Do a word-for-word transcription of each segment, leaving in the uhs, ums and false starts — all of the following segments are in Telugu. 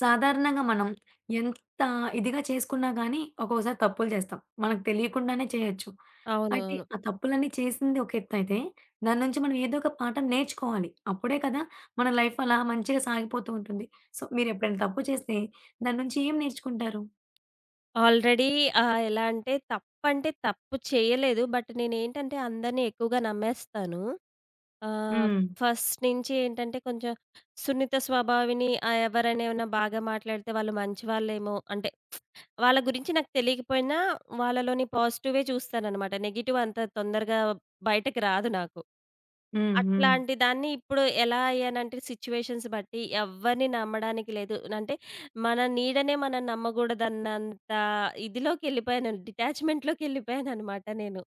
సాధారణంగా మనం ఎంత ఇదిగా చేసుకున్నా గానీ, ఒక్కోసారి తప్పులు చేస్తాం. మనకు తెలియకుండానే చేయొచ్చు. అయితే అవునవును. ఆ తప్పులన్నీ చేసింది ఒక ఎత్తయితే, దాని నుంచి మనం ఏదో ఒక పాఠం నేర్చుకోవాలి. అప్పుడే కదా మన లైఫ్ అలా మంచిగా సాగిపోతూ ఉంటుంది. సో, మీరెప్పుడైనా తప్పు చేస్తే దాని నుంచి ఏం నేర్చుకుంటారు? ఆల్రెడీ ఆహ్, ఎలా అంటే తప్పంటే తప్పు చేయలేదు. బట్ నేనేంటంటే అందరిని ఎక్కువగా నమ్మేస్తాను. ఆహ్, హ్మ్. ఫస్ట్ నుంచి ఏంటంటే కొంచెం సున్నిత స్వభావిని. ఆహ్, ఎవరైనా ఏమైనా బాగా మాట్లాడితే వాళ్ళు మంచివాళ్ళేమో అంటే వాళ్ళ గురించి నాకు తెలియకపోయినా వాళ్ళలోని పాజిటివే చూస్తాననమాట. నెగెటివ్ అంత తొందరగా బయటకి రాదు నాకు. హ్మ్. హ్మ్. అట్లాంటి దాన్ని ఇప్పుడు ఎలా అయ్యానంటే సిచ్యువేషన్స్ బట్టి ఎవ్వరిని నమ్మడానికి లేదు. అంటే మన నీడనే మనం నమ్మగూడదన్నంత ఇదిలోకెళ్ళిపోయాను. డిటాచ్‌మెంట్‌లోకెళ్ళిపోయాననమాట నేను.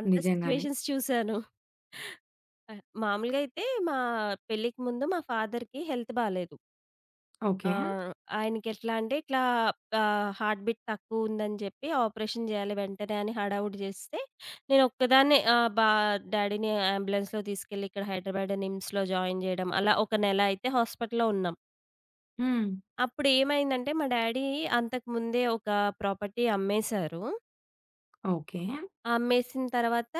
అంత నిజంగానే. సిచ్యువేషన్స్ చూసాను. ఆహ్, మామూలుగా అయితే మా పెళ్ళికి ముందు మా ఫాదర్‌కి హెల్త్ బాలేదు. ఆ! ఓకే. ఆయనకెట్లా అంటే ఇట్లా ఆహ్, హార్ట్ బీట్ తక్కువుందని జెప్పి ఆపరేషన్ జేయాలి వెంటనే అని హడావుడి జేస్తే, నేనొక్కదాన్నే ఆహ్, బా డ్యాడీని అంబులెన్స్‌లో తీసుకెళ్ళి ఇక్కడ హైదరాబాద్ నిమ్స్‌లో జాయిన్ జేయడం. అలా ఒక నెల అయితే హాస్పిటల్‌లో ఉన్నాం. హ్మ్. అప్పుడేమైందంటే మా డ్యాడీ అంతకు ముందే ఒక ప్రాపర్టీ అమ్మేశారు. ఓకే. అమ్మేసిన తర్వాత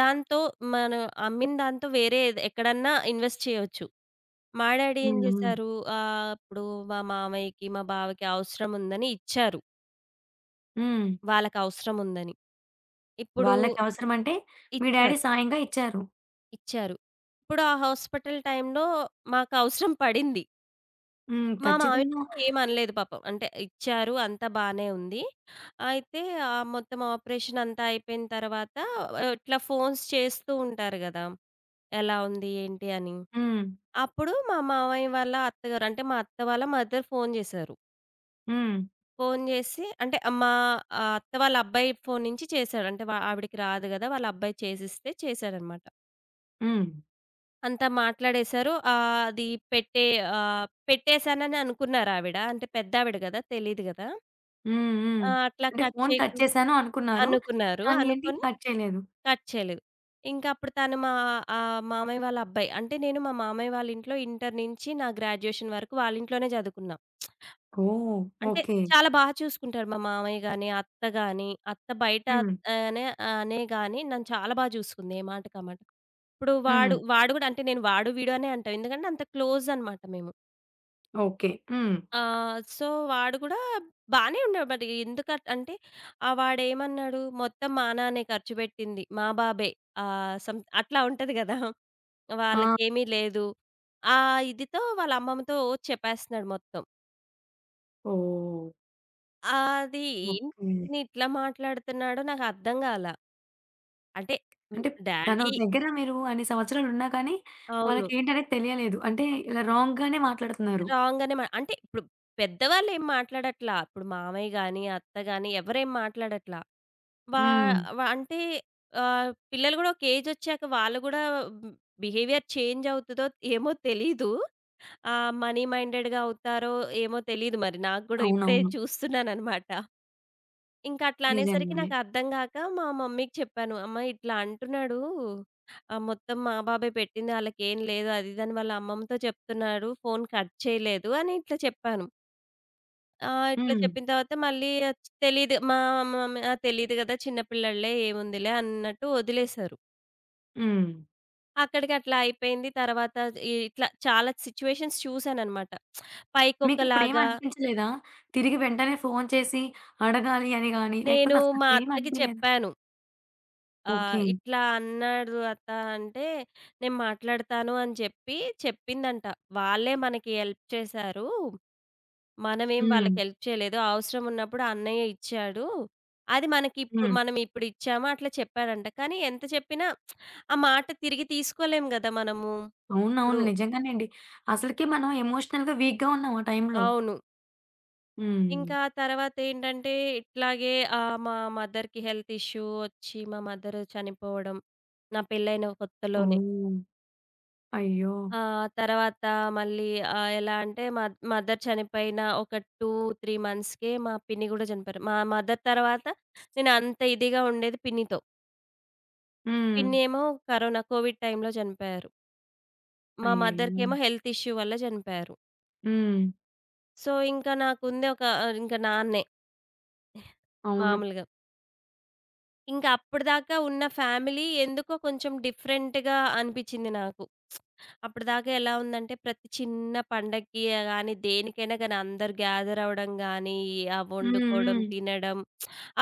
దాంతో మనం అమ్మిన దాంతో వేరే ఎద్ ఎక్కడన్నా ఇన్వెస్ట్ చేయొచ్చు. మా డ్యాడీ ఏం హ్మ్. హ్మ్. జేశారు, ఆహ్, ఇప్పుడు మా మామయ్యకి, మా బావకి అవసరం ఉందని ఇచ్చారు. హ్మ్. వాళ్ళకవసరం ఉందని. ఇప్పుడు వాళ్ళకి అవసరమంటే మీ డ్యాడీ ఇచ్చారు. సాయంగా ఇచ్చారు. ఇచ్చారు. ఇప్పుడు ఆ హాస్పిటల్ టైంలో మాకవసరం పడింది. హ్మ్. మా మామయ్య ఖచ్చితంగా. ఏమనలేదు పాపం. అంటే ఇచ్చారు అంతా బానే ఉంది. అయితే ఆ మొత్తం ఆపరేషన్ అంతా అయిపోయిన తర్వాత ఆ, ఇట్లా ఫోన్స్ చేస్తూ ఉంటారు గదా! ఎలా ఉంది? ఏంటి? అని. హ్మ్. అప్పుడు మా మామయ్య వాళ్ళ అత్తగారు అంటే మా అత్త వాళ్ళ మదర్ ఫోను జేశారు. హ్మ్. ఫోను జేసి అంటే ఆహ్, మా ఆహ్, అత్త వాళ్ళ అబ్బాయి ఫోను నుంచి చేశాడు. అంటే వ ఆవిడకి రాదు గదా! వాళ్ళ అబ్బాయి చేసిస్తే చేశాడనమాట. హ్మ్. అంతా మాట్లాడేశారు. ఆహ్, అది పెట్టే ఆహ్, పెట్టేశానని అనుకున్నారావిడ. అంటే పెద్దావిడ గదా! తెలీదు గదా! హ్మ్. హ్మ్. ఆ! అట్లా అంటే కట్ ఫోను కట్ చేయకు చేశాను అనుకున్నారు. అనుకున్నారు. కానీ ఏంటి, అనుకోని కట్ చేయలేదు. కట్ చేయలేదు. ఇంక అప్పుడు తను మా ఆహ్, మామయ్య వాళ్ళ అబ్బాయి. అంటే నేను మా మామయ్య వాళ్ళ ఇంట్లో ఇంటర్ నుంచి నా గ్రాడ్యుయేషన్ వరకు వాళ్ళింట్లోనే చదువుకున్నా. ఓహ్! అంటే ఓకే. చాలా బాగా చూసుకుంటారు. మా మామయ్య గాని, అత్త గాని, అత్త బయట హ్మ్. అనే అనే గాని నన్ను చాలా బాగా చూసుకుంది. ఏ మాటకామాట. ఇప్పుడు వాడు, హ్మ్. వాడు గూడా అంటే నేను వాడు, వీడు అనే అంటాం. ఎందుకంటే అంత క్లోజ్ అనమాట మేము. ఓకే. హ్మ్. ఆహ్, సో, వాడు గూడా బానే ఉండేవాడు. బట్ ఎందుకట్ అంటే ఆహ్, వాడేమన్నాడు, "మొత్తం మా నాన్నే ఖర్చు పెట్టింది. మా బాబే." ఆహ్, సమ్ అట్లా ఉంటది గదా! ఆ! వాళ్ళకేమీ లేదు. ఆ ఇదితో వాళ్ళ అమ్మమ్మతో చెప్పేస్తున్నాడు మొత్తం. ఓహ్! అది ఓకే. ఏంటి ఇట్లా మాట్లాడుతున్నాడో నాకర్థం గాల. అంటే హ్మ్. అంటే తన డ్యాడీ దగ్గర మీరు అన్ని సంవత్సరాలున్నా కానీ అవును. వాళ్ళకేంటనేది తెలియలేదు. అంటే ఇలా రాంగ్‌గానే మాట్లాడుతున్నారు. రాంగనే మా అంటే ఇప్పుడు పెద్దవాళ్ళేం మాట్లాడట్లా. ఇప్పుడు మామయ్య గాని, అత్త గాని ఎవరేం మాట్లాడట్లా. వా హ్మ్. వ అంటే ఆహ్, పిల్లలు గూడా ఒక ఏజొచ్చాక వాళ్ళు గూడా హ్మ్. బిహేవియర్ చేంజ్ అవుతదో ఏమో తెలీదు. ఆహ్, మనీ మైండెడ్‌గా అవుతారో ఏమో తెలీదు మరి నాకు గూడా ఇప్పుడే అవునవును. చూస్తున్నాననమాట. ఇంకా అట్లా అనేసరికి నిజంగానే. నాకర్థం గాక మా మమ్మీకి చెప్పాను. "అమ్మ ఇట్లా అంటున్నాడు. ఆహ్, మొత్తం మా బాబే పెట్టింది. ఆళ్ళకేం లేదు. అది ఇది అని వాళ్ళ అమ్మమ్మతో చెప్తున్నాడు. ఫోను కట్ చేయలేదు" అని ఇట్లా చెప్పాను. ఆహ్, ఇట్లా హ్మ్. చెప్పిన తర్వాత మళ్ళీ తెలీదు మా మమ్మీ "ఆ! తెలీదు గదా! చిన్న పిల్లోడులే ఏముందిలే" అన్నట్టు వదిలేశారు. హ్మ్. అక్కడికి అట్లా అయిపోయింది. తర్వాత ఇ ఇట్లా చాలా సిట్యుయేషన్స్ చూసాననమాట. పైకొకలాగా మీకిప్పుడేమనిపించలేదా? తిరిగి వెంటనే ఫోను చేసి అడగాలి అని గాని, లేకపోతే నేను మా అత్తకి అసలట్లేమనిపియలేదా? చెప్పాను. ఆ! ఓకే. ఇట్లా అన్నాడు అత్త అంటే, నేను మాట్లాడతాను అని చెప్పి చెప్పిందంట. వాళ్ళే మనకి హెల్ప్ చేశారు. మనమేం హ్మ్. వాళ్ళకి హెల్ప్ చేయలేదు. అవసరం ఉన్నప్పుడు అన్నయ్య ఇచ్చాడు. అది మనకిప్పుడు హ్మ్. మనం ఇప్పుడు ఇచ్చామా అట్లా చెప్పాడంట. కానీ ఎంత చెప్పినా ఆ మాట తిరిగి తీసుకోలేం గదా! మనము. ఇప్పుడు అవునవును. నిజంగానే అండి. అసలకి మనం ఎమోషనల్‌గా వీక్‌గా ఉన్నాం ఆ టైంలో. అవును. హ్మ్. ఇంకా తర్వాత ఏంటంటే ఇట్లాగే ఆహ్, మా మదర్‌కి హెల్త్ ఇష్యూ ఒచ్చి మా మదర్ చనిపోవడం. నా పెళ్ళైన కొత్తలోనే. ఓహ్! అయ్యో! ఆ! తర్వాత మళ్ళీ ఆహ్, ఎలా అంటే మా మదర్ చనిపోయిన ఒక రెండు, మూడు మంత్స్‌కే మా పిన్ని గూడా చనిపోయారు. మా మదర్ తర్వాత నేను అంత ఇదిగా ఉండేది పిన్నితో. హ్మ్. పిన్ని ఏమో కరోనా కోవిడ్ టైంలో చనిపోయారు. మా అయ్యయ్యో! మదర్‌కేమో హెల్త్ ఇష్యూ వల్ల చనిపోయారు. హ్మ్. సో, ఇంకా నాకుంది ఒక ఆహ్, ఇంక నాన్నే అవును. మామూలుగా. ఇంక అప్పటిదాకా ఉన్న ఫ్యామిలీ ఎందుకో కొంచెం డిఫరెంట్‌గా అనిపిచ్చింది నాకు. అప్పటిదాకా ఎలా ఉందంటే, ప్రతి చిన్న పండక్కి గాని, దేనికైనా గాని అందరూ గ్యాదర్ అవ్వడం గాని, ఆ హ్మ్. వండుకోవడం, హ్మ్. తినడం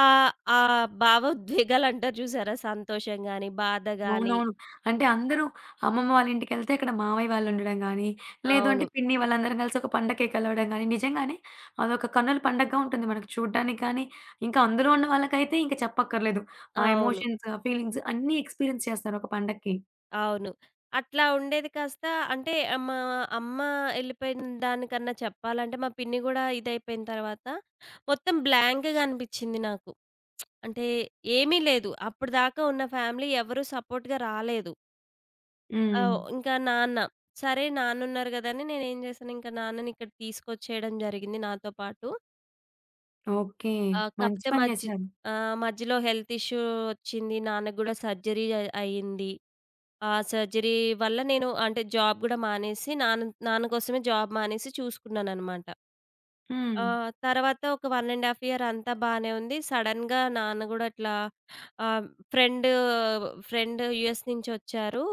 ఆహ్, ఆ భావోద్వేగాలు అంటారు చూసారా? సంతోషం గాని, బాధ గాని అవునవును. అంటే అందరూ అమ్మమ్మ వాళ్ళ ఇంటికెళ్తే ఇక్కడ మావయ్య వాళ్ళుండడం గానీ, లేదు అంటే అవును. పిన్ని వాళ్ళందరం కలిసి ఒక పండగకి కలవడం గానీ, నిజంగానే అదొక కన్నుల పండగగా ఉంటుంది మనకు చూడ్డానికి కానీ, ఇంకా అందులో ఉన్న వాళ్ళకైతే ఇంక చెప్పక్కర్లేదు. ఆ అవును. ఎమోషన్స్, ఆ ఫీలింగ్స్ అన్నీ ఎక్స్‌పీరియన్స్ చేస్తారు ఒక పండక్కి. అవును. అట్లా ఉండేది కాస్త అంటే మా అమ్మ ఎళ్ళిపోయిన దానికన్నా చెప్పాలంటే, మా పిన్ని గూడా ఇదైపోయిన తర్వాత, మొత్తం బ్లాంక్‌గా అనిపిచ్చింది నాకు. అంటే ఏమీ లేదు. అప్పటిదాకా ఉన్న ఫ్యామిలీ ఎవరు సపోర్ట్‌గా రాలేదు. ఆ! హ్మ్. ఇంకా నాన్న. సరే నాన్నున్నారు గదని నేనేం జేశాను, ఇంకా నాన్ననిక్కడ తీసుకొచ్చేయడం జరిగింది నాతో పాటు. ఓకే. ఆహ్, మంచి కాపోతే పని మధ్య చేశారు. ఆహ్, మధ్యలో హెల్త్ ఇష్యూ ఒచ్చింది. నాన్నకు గూడా సర్జరీ అ అయింది. ఆ సర్జరీ వల్ల నేను అంటే జాబ్ గూడా మానేసి నాన్న నాన్న కోసమే జాబ్ మానేసి చూసుకున్నాననమాట. హ్మ్. ఆహ్, తర్వాత ఒక ఒకటిన్నర ½ ఇయర్ అంతా బానే ఉంది. సడెన్‌గా నాన్న గూడా ఇట్లా ఆహ్, ఫ్రెండ్ ఫ్రెండ్ యూఎస్ నుంచొచ్చారు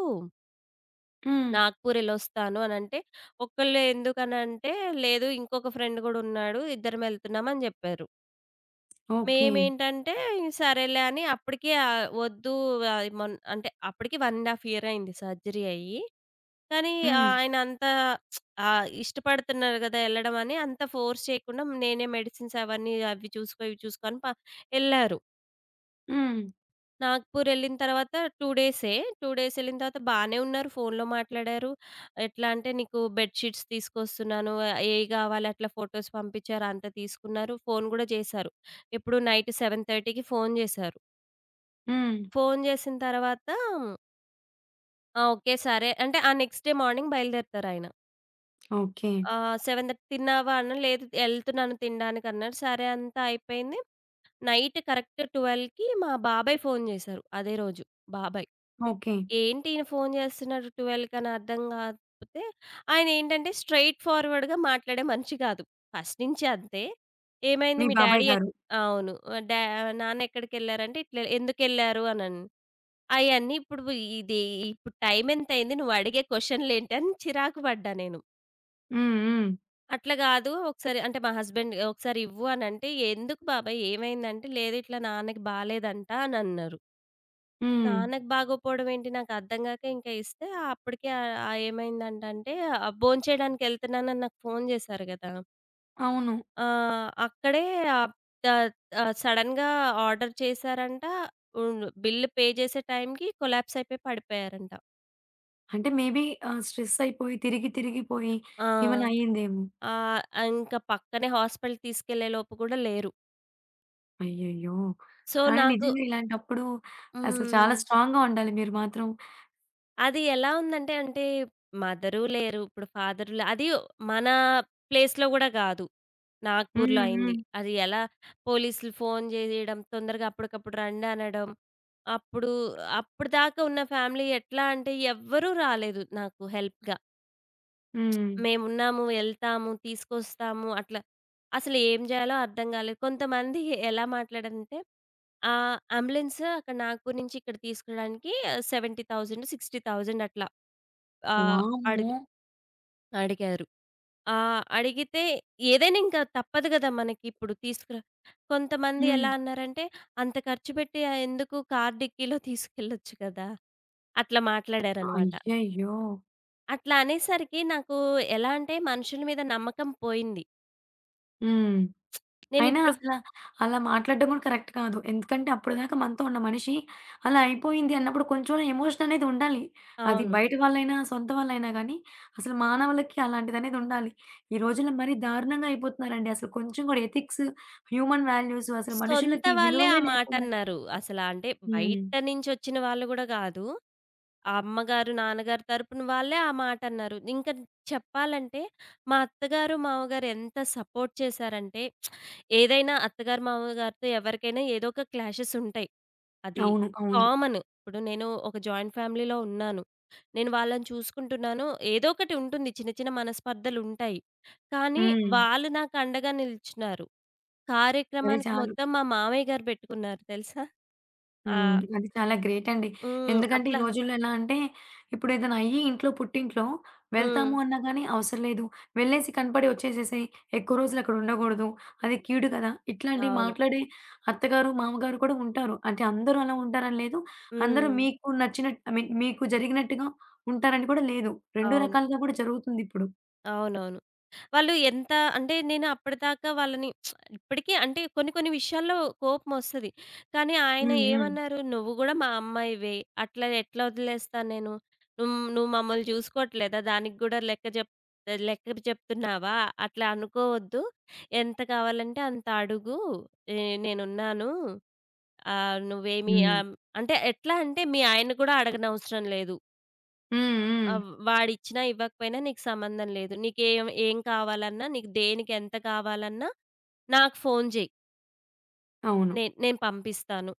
హ్మ్. నాగ్‌పూర్ ఎళ్ళొస్తాను అనంటే, ఒక్కళ్ళే ఎందుకనంటే, లేదు ఇంకొక ఫ్రెండ్ గూడున్నాడు, ఇద్దరం ఎళ్తున్నామని జెప్పారు. ఓకే. మేమేంటంటే, సరేలే అని అప్పటికే ఆహ్, వద్దు అది మొన్ అంటే అప్పటికి ఒకటిన్నర ½ ఇయర్ అయింది సర్జరీ అయ్యి. కానీ హ్మ్. ఆహ్, ఆయనంత ఆహ్, ఇష్టపడుతున్నారు గదా! ఎళ్ళడం అని అంత ఫోర్స్ చేయకుండా నేనే మెడిసిన్స్ అవన్నీ అవి చూసుకో, ఇవి చూసుకో అని ప ఎళ్లారు. హ్మ్. నాగ్‌పూర్ ఎళ్ళిన తర్వాత రెండు డేసే. రెండు డేస్ ఎళ్ళిన తర్వాత బానే ఉన్నారు. ఫోన్‌లో మాట్లాడారు. ఎట్లా అంటే నీకు బెడ్ షీట్స్ తీసుకొస్తున్నాను. ఏయి గావాలి అట్లా ఫోటోస్ పంపించారు. అంత తీసుకున్నారు. ఫోన్ గూడా చేశారు. ఎప్పుడు నైట్ 7:30కి ఫోన్ చేశారు. హ్మ్. ఫోన్ చేసిన తర్వాత ఆ! ఓకే. సరే అంటే ఆ నెక్స్ట్ డే మార్నింగ్ బయలుదేరుతారాయన. ఓకే. ఆహ్, ఏడున్నర తిన్నావా అన్నా? లేదు ఎళ్తున్నాను తినడానికి అన్నారు. సరే అంతా అయిపోయింది. నైట్ కరెక్ట్ 12కి మా బాబాయ్ ఫోన్ చేశారు అదే రోజు. బాబాయ్. ఓకే. ఏంటి ఈయన ఫోను జేస్తున్నాడు 12కని అర్థం గాకపోతే, ఆయనేంటంటే స్ట్రెయిట్ ఫార్వర్డ్‌గా మాట్లాడే మనిషి గాదు. ఫస్ట్ నుంచి అంతే. ఏమైంది మీ మీ బాబాయ్ డ్యాడీ ఎక్ గారు. అవును. డా నాన్నెక్కడికెళ్లారంటే ఇట్లా ఎందుకెళ్లారు అనన్ అయన్నీ ఇప్పుడు ఇది ఇప్పుడు టైమెంతయింది నువ్వడిగే క్వెషన్‌లేంటి అని చిరాకు పడ్డా నేను. హ్మ్. హ్మ్. అట్లా గాదు ఒకసారి అంటే మా హస్బెండ్ ఒకసారి ఇవ్వు అనంటే, ఎందుకు బాబాయ్ ఏమైందంటే, లేదు ఇట్లా నాన్నకి బాలేదంట అనన్నారు. హ్మ్. నాన్నకి బాగోపోవడం ఏంటి నాకర్థం గాక ఇంకా ఇస్తే అప్పటికే ఆహ్, ఆహ్, ఏమైందంటంటే ఆహ్, భోంచేయడానికి ఎళ్తున్నానని నాకు ఫోను జేశారు గదా! అవును. ఆహ్, అక్కడే ఆహ్, త ఆహ్, సడెన్‌గా ఆర్డర్ చేశారంట. హ్మ్. బిల్ పే చేసే టైంకి కొలాప్స్ అయిపోయి పడిపోయారంట. అంటే మేబీ ఆహ్, స్ట్రెస్ అయిపోయి తిరిగి తిరిగిపోయి ఆ! ఏమైనా అయిందేమో! ఆహ్, ఇంకా పక్కనే హాస్పిటల్‌కి తీసుకెళ్ళే లోపు కూడా లేరు. అయ్యయ్యో! సో, కానీ నాకు నిజంగా ఇలాంటప్పుడు అసలు హ్మ్. చాలా స్ట్రాంగ్‌గా ఉండాలి మీరు మాత్రం. అది ఎలా ఉందంటే అంటే మదరు లేరు, ఇప్పుడు ఫాదరు లే అది మన ప్లేస్‌లో గూడా గాదు. నాగ్‌పూర్‌లో హ్మ్. అయింది. హ్మ్. అది ఎలా పోలీసులు ఫోను జేయడం, తొందరగా అప్పటికప్పుడు రండి అనడం. అప్పుడు అప్పటిదాకా ఉన్న ఫ్యామిలీ ఎట్లా అంటే ఎవ్వరూ రాలేదు నాకు హెల్ప్‌గా. హ్మ్. మేమున్నాము, ఎళ్తాము, తీసుకొస్తాము అట్లా. అసలు ఏం జేయాలో అర్థం గాలేదు. కొంతమంది ఎలా మాట్లాడారంటే, ఆహ్, అంబులెన్స్ అక్కడ నాగ్‌పూర్ నుంచి ఇక్కడ తీసుకురాడానికి డెబ్భై వేలు, అరవై వేలు అట్లా ఆహ్, వామ్మో! అడిగ్ అడిగారు. ఆ! అడిగితే ఏదైనా ఇంకా తప్పదు గదా! మనకిప్పుడు తీసుకురా కొంతమంది హ్మ్. ఎలా అన్నారంటే, "అంత ఖర్చు పెట్టి ఆహ్, ఎందుకు కార్ డిక్కీలో తీసుకెళ్ళొచ్చు కదా!" అట్లా మాట్లాడారనమాట. అయ్యయ్యో! అట్లా అనేసరికి నాకు ఎలా అంటే మనుషుల మీద నమ్మకం పోయింది. హ్మ్. అయినా నేనిప్పుడు అసల అలా మాట్లాడడం కూడా కరెక్ట్ కాదు. ఎందుకంటే అప్పటిదాకా మనతో ఉన్న మనిషి అలా అయిపోయింది అన్నప్పుడు కొంచెం ఎమోషన్ అనేది ఉండాలి. అది అవును. బయట వాళ్ళైనా, సొంత వాళ్ళైనా గానీ అసలు మానవులకి అలాంటిదనేది ఉండాలి. ఈ రోజుల్లో మరీ దారుణంగా అయిపోతున్నారండి. అసలు కొంచెం కూడా ఎథిక్స్, హ్యూమన్ వాల్యూస్, అసలు సొంత మనుషులకి వాళ్ళే ఆ విలువనే లేకుండా. మాటన్నారు. అసల అంటే హ్మ్. బయట నుంచొచ్చిన వాళ్ళు గూడా గాదు. ఆ అమ్మగారు, నాన్నగారు తరపున వాళ్ళే ఆ మాటన్నారు. ఇంకా చెప్పాలంటే మా అత్తగారు, మామగారు ఎంత సపోర్ట్ చేశారంటే ఏదైనా అత్తగారు, మామగారితో ఎవరికైనా ఏదో ఒక క్లాషెస్ ఉంటాయి. అది అవును. అవును. కామన్. ఇప్పుడు నేను ఒక జాయింట్ ఫ్యామిలీలో ఉన్నాను. నేను వాళ్ళని చూసుకుంటున్నాను. ఏదో ఒకటి ఉంటుంది. చిన్న చిన్న మనస్పర్ధలుంటాయి. కానీ హ్మ్. వాళ్ళు నాకు అండగా నిలిచున్నారు. అది కార్యక్రమానికి చాలు. మొత్తం మా మామయ్య గారు పెట్టుకున్నారు తెలుసా? ఆ! హ్మ్. అది చాలా గ్రేట్ అండి. హ్మ్. ఎందుకంటే ఈ అట్లా రోజుల్లో ఎలా అంటే ఇప్పుడు ఏదైనా అయ్యి ఇంట్లో పుట్టింట్లో హ్మ్. వెళ్తాము అన్నా గాని అవసరం లేదు. వెళ్ళేసి కనపడి వచ్చేసేసేయి. ఎక్కువ రోజులు అక్కడ ఉండకూడదు. అది కీడు కదా! ఇట్లాంటి అవును. మాట్లాడే అత్తగారు, మామగారు కూడా ఉంటారు. అంటే అందరూ అలా ఉంటారని లేదు. అందరూ హ్మ్. మీకు నచ్చినట్టు, ఐ మీన్ మీకు జరిగినట్టుగా ఉంటారని కూడా లేదు. రెండు అవును. రకాలుగా కూడా జరుగుతుందిప్పుడు. అవునవును. వాళ్ళు ఎంత అంటే నేను అప్పటిదాకా వాళ్ళని ఇప్పటికీ అంటే కొన్ని కొన్ని విషయాల్లో కోపమొస్తది. కానీ ఆయన హ్మ్. హ్మ్. ఏమన్నారు, "నువ్వు గూడా మా అమ్మాయివే. అట్లా ఎట్లా వదిలేస్తాను నేను? నువ్వు నువ్వు మమ్మల్ని చూసుకోవట్లేదా? దానికి గూడా లెక్క జెప్ లెక్క చెప్తున్నావా? అట్లా అనుకోవద్దు. ఎంత కావాలంటే అంత అడుగు. ఏ నేనున్నాను. ఆహ్, నువ్వేమి" హ్మ్. ఆహ్, అంటే ఎట్లా అంటే మీ ఆయన గూడా అడగనవసరం లేదు. హ్మ్. ఆ! హ్మ్. వాడిచ్చినా ఇవ్వకపోయినా నీకు సంబంధం లేదు. నీకేం ఏం ఏం కావాలన్నా, నీకు దేనికి ఎంత కావాలన్నా నాకు ఫోను జెయి. అవును. నే నేను పంపిస్తాను.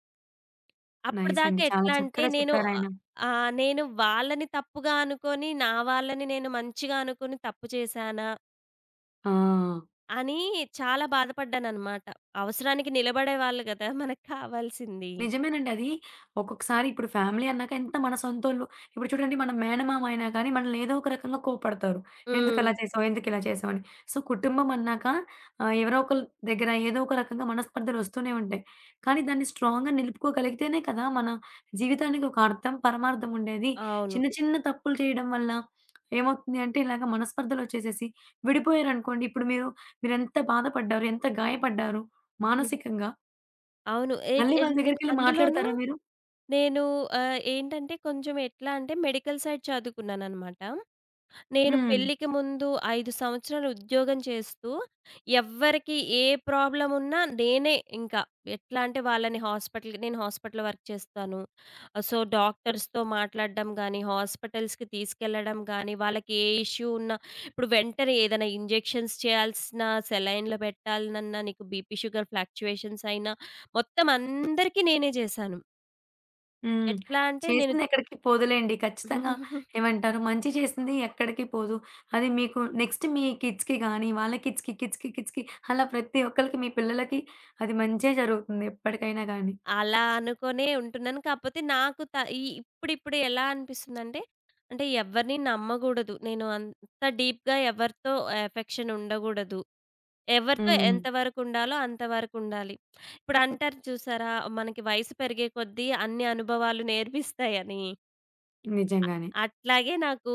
నైస్ అప్పటిదాకా అండి. చాలా ఎట్లా అంటే చక్కగా నేను ఆహ్, చెప్పారాయన. ఆహ్, నేను వాళ్ళని తప్పుగా అనుకోని, నా వాళ్ళని నేను మంచిగా అనుకుని తప్పు చేశానా? ఆ! అని చాలా బాధపడ్డాననమాట. అవసరానికి నిలబడేవాళ్ళు గదా! మనకు కావాల్సింది. నిజమేనండి. అది ఒక్కొక్కసారి ఇప్పుడు ఫ్యామిలీ అన్నాక ఎంత మన సొంతోళ్ళు. ఇప్పుడు చూడండి మన మేనమామ అయినా కానీ మనల్ని ఏదో ఒక రకంగా కోప్పడతారు. హ్మ్. ఎందుకలా చేసావు? ఎందుకిలా చేసావు? అని. సో, కుటుంబం అన్నాక ఆహ్, ఎవరో ఒకళ్ళ దగ్గర ఏదో ఒక రకంగా మనస్పర్ధలొస్తూనే ఉంటాయి. కానీ దాన్ని స్ట్రాంగ్‌గా నిలుపుకోగలిగితేనే కదా మన జీవితానికి ఒక అర్థం, పరమార్థం ఉండేది. అవును. చిన్న చిన్న తప్పులు చేయడం వల్ల ఏమవుతుంది అంటే ఇలాగ మనస్పర్ధలొచ్చేసేసి విడిపోయారనుకోండి. ఇప్పుడు మీరు మీరెంత బాధపడ్డారు? ఎంత గాయపడ్డారు మానసికంగా? అవును. ఎ మళ్ళీ వాళ్ళ ఎన్ దగ్గరికెళ్ళి అందులోనూ మాట్లాడతారా మీరు? నేను ఆహ్, ఏంటంటే కొంచెం ఎట్లా అంటే మెడికల్ సైడ్ చదువుకున్నాననమాట. నేను హ్మ్. పెళ్ళికి ముందు ఐదు సంవత్సరాలు ఉద్యోగం చేస్తూ ఎవ్వరికి ఏ ప్రాబ్లమ్ ఉన్నా నేనే ఇంకా ఎట్లా అంటే వాళ్ళని హాస్పిటల్‌కి నేను హాస్పిటల్‌లో వర్క్ చేస్తాను. సో, డాక్టర్స్‌తో మాట్లాడడం గానీ, హాస్పిటల్స్‌కి తీసుకెళ్లడం గానీ, వాళ్ళకి ఏ ఇష్యూ ఉన్నా ఇప్పుడు వెంటనే ఏదైనా ఇంజెక్షన్స్ చేయాల్సిన, సెలైన్‌లు పెట్టాలనన్నా, నీకు బీపీ, షుగర్ ఫ్లక్చుయేషన్స్ అయినా మొత్తం అందరికీ నేనే చేశాను. హ్మ్. ఎట్లా అంటే నేను చేసిందెక్కడికి పోదులేండి. ఖచ్చితంగా ఏమంటారు, మంచి చేసింది ఎక్కడికి పోదు. అది మీకు నెక్స్ట్ మీ కిడ్స్‌కి గానీ, వాళ్ళ కిడ్స్‌కి, కిడ్స్‌కి, కిడ్స్‌కి, అలా ప్రతి ఒక్కళ్ళకి మీ పిల్లలకి అది మంచే జరుగుతుంది ఎప్పటికైనా గానీ. అలా అనుకునే ఉంటున్నాను. కాకపోతే నాకు త ఈ ఇప్పుడిప్పుడు ఎలా అనిపిస్తుందంటే, అంటే ఎవరిని నమ్మగూడదు. నేను అంత డీప్‌గా ఎవరితో ఎఫెక్షన్ ఉండగూడదు. ఎవరితో హ్మ్. ఎంతవరకు ఉండాలో అంతవరకు ఉండాలి. ఇప్పుడు అంటారు చూసారా? మనకి వయసు పెరిగే కొద్దీ అన్ని అనుభవాలు నేర్పిస్తాయని. అ నిజంగానే. అట్లాగే నాకు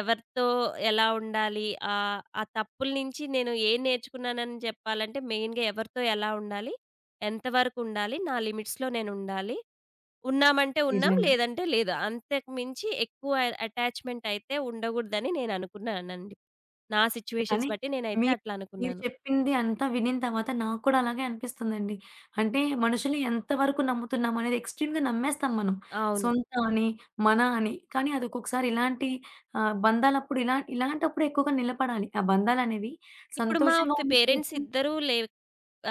ఎవరితో ఎలా ఉండాలి, ఆహ్, ఆ తప్పుల నుంచి నేను ఏం నేర్చుకున్నానని చెప్పాలంటే, మెయిన్‌గా ఎవరితో ఎలా ఉండాలి, ఎంతవరకు ఉండాలి, నా లిమిట్స్‌లో నేనుండాలి. ఉన్నామంటే ఉన్నాం, నిజంగా. లేదంటే లేదు. అంతకు మించి ఎక్కువ అటాచ్‌మెంట్ అయితే ఉండగూడదని నేను అనుకున్నానండి. నా సిట్యుయేషన్స్ కానీ బట్టి నేనైతే మీ అట్లా మీరు అనుకున్నాను. చెప్పింది అంతా వినిన తర్వాత నాకు కూడా అలాగే అనిపిస్తుందండి. అంటే మనుషుల్ని ఎంత వరకు నమ్ముతున్నాం అనేది, ఎక్స్‌ట్రీమ్‌గా నమ్మేస్తాం మనం. అవును. సొంత అని, మన అని. కానీ అది ఒక్కొక్కసారి ఇలాంటి ఆహ్, బంధాలప్పుడు ఇలా ఇలాంటప్పుడు ఎక్కువగా నిలబడాలి. ఆ బంధాలనేవి ఇప్పుడు మా సంతోషంగా ఫె ఉన్నప్పుడు పేరెంట్స్ వచ్చి. ఇద్దరూ లే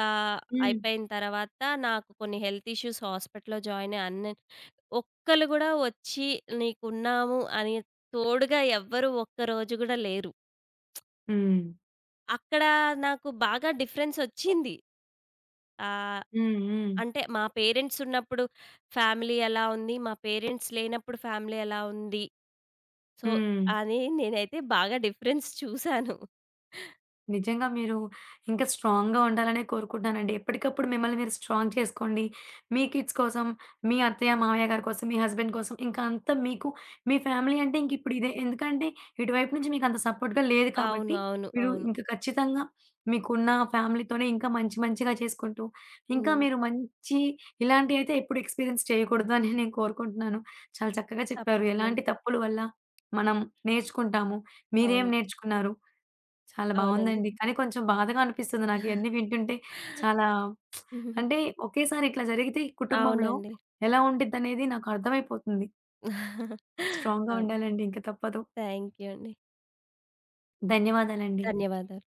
ఆహ్, హ్మ్. అయిపోయిన తర్వాత నాకు కొన్ని హెల్త్ ఇష్యూస్ హాస్పిటల్‌లో జాయిన్ అన్ ఒక్కళ్ళు గూడా వచ్చి నీకున్నాము అని తోడుగా ఎవ్వరు ఒక్కరోజు గూడా లేరు. హ్మ్. అక్కడ నాకు బాగా డిఫరెన్సొచ్చింది. ఆహ్, హ్మ్. హ్మ్. అంటే మా పేరెంట్స్ ఉన్నప్పుడు ఫ్యామిలీ ఎలా ఉంది, మా పేరెంట్స్ లేనప్పుడు ఫ్యామిలీ ఎలా ఉంది. సో, హ్మ్. అని నేనైతే బాగా డిఫరెన్స్ చూసాను. నిజంగా మీరు ఇంకా స్ట్రాంగ్‌గా ఉండాలనే కోరుకుంటున్నానండి. ఎప్పటికప్పుడు మిమ్మల్ని మీరు స్ట్రాంగ్ చేసుకోండి. మీ కిడ్స్ కోసం, మీ అత్తయ్య, మామయ్య గారి కోసం, మీ హస్బెండ్ కోసం, ఇంకా అంతా మీకు మీ ఫ్యామిలీ అంటే ఇంక ఇప్పుడు ఇదే. ఎందుకంటే ఇటువైపు నుంచి మీకు అంత సపోర్ట్‌గా లేదు అవును. కాబట్టి అవును. మీరు అవును. ఇంక ఖచ్చితంగా మీకున్న ఫ్యామిలీతోనే ఇంకా మంచి మంచిగా చేసుకుంటూ, ఇంకా హ్మ్. మీరు మంచి ఇలాంటియైతే ఎప్పుడు ఎక్స్‌పీరియన్స్ చేయకూడదు అని నేను కోరుకుంటున్నాను. చాలా చక్కగా చెప్పారు. తప్పకుండా. ఎలాంటి తప్పుల వల్ల మనం నేర్చుకుంటాము. మీరేం అవును. నేర్చుకున్నారు? చాలా అవునండి. బావుందండి. కానీ కొంచెం బాధగా అనిపిస్తుంది నాకు ఇయన్నీ వింటుంటే. చాలా అంటే ఒకేసారి ఇట్లా జరిగితే కుటుంబంలో అవునండి. ఎలా ఉండిద్దనేది నాకు అర్థమైపోతుంది. స్ట్రాంగ్‌గా అవును. ఉండాలండి. ఇంక తప్పదు. థ్యాంక్ యూ అండి. ధన్యవాదాలండి. ధన్యవాదాలు.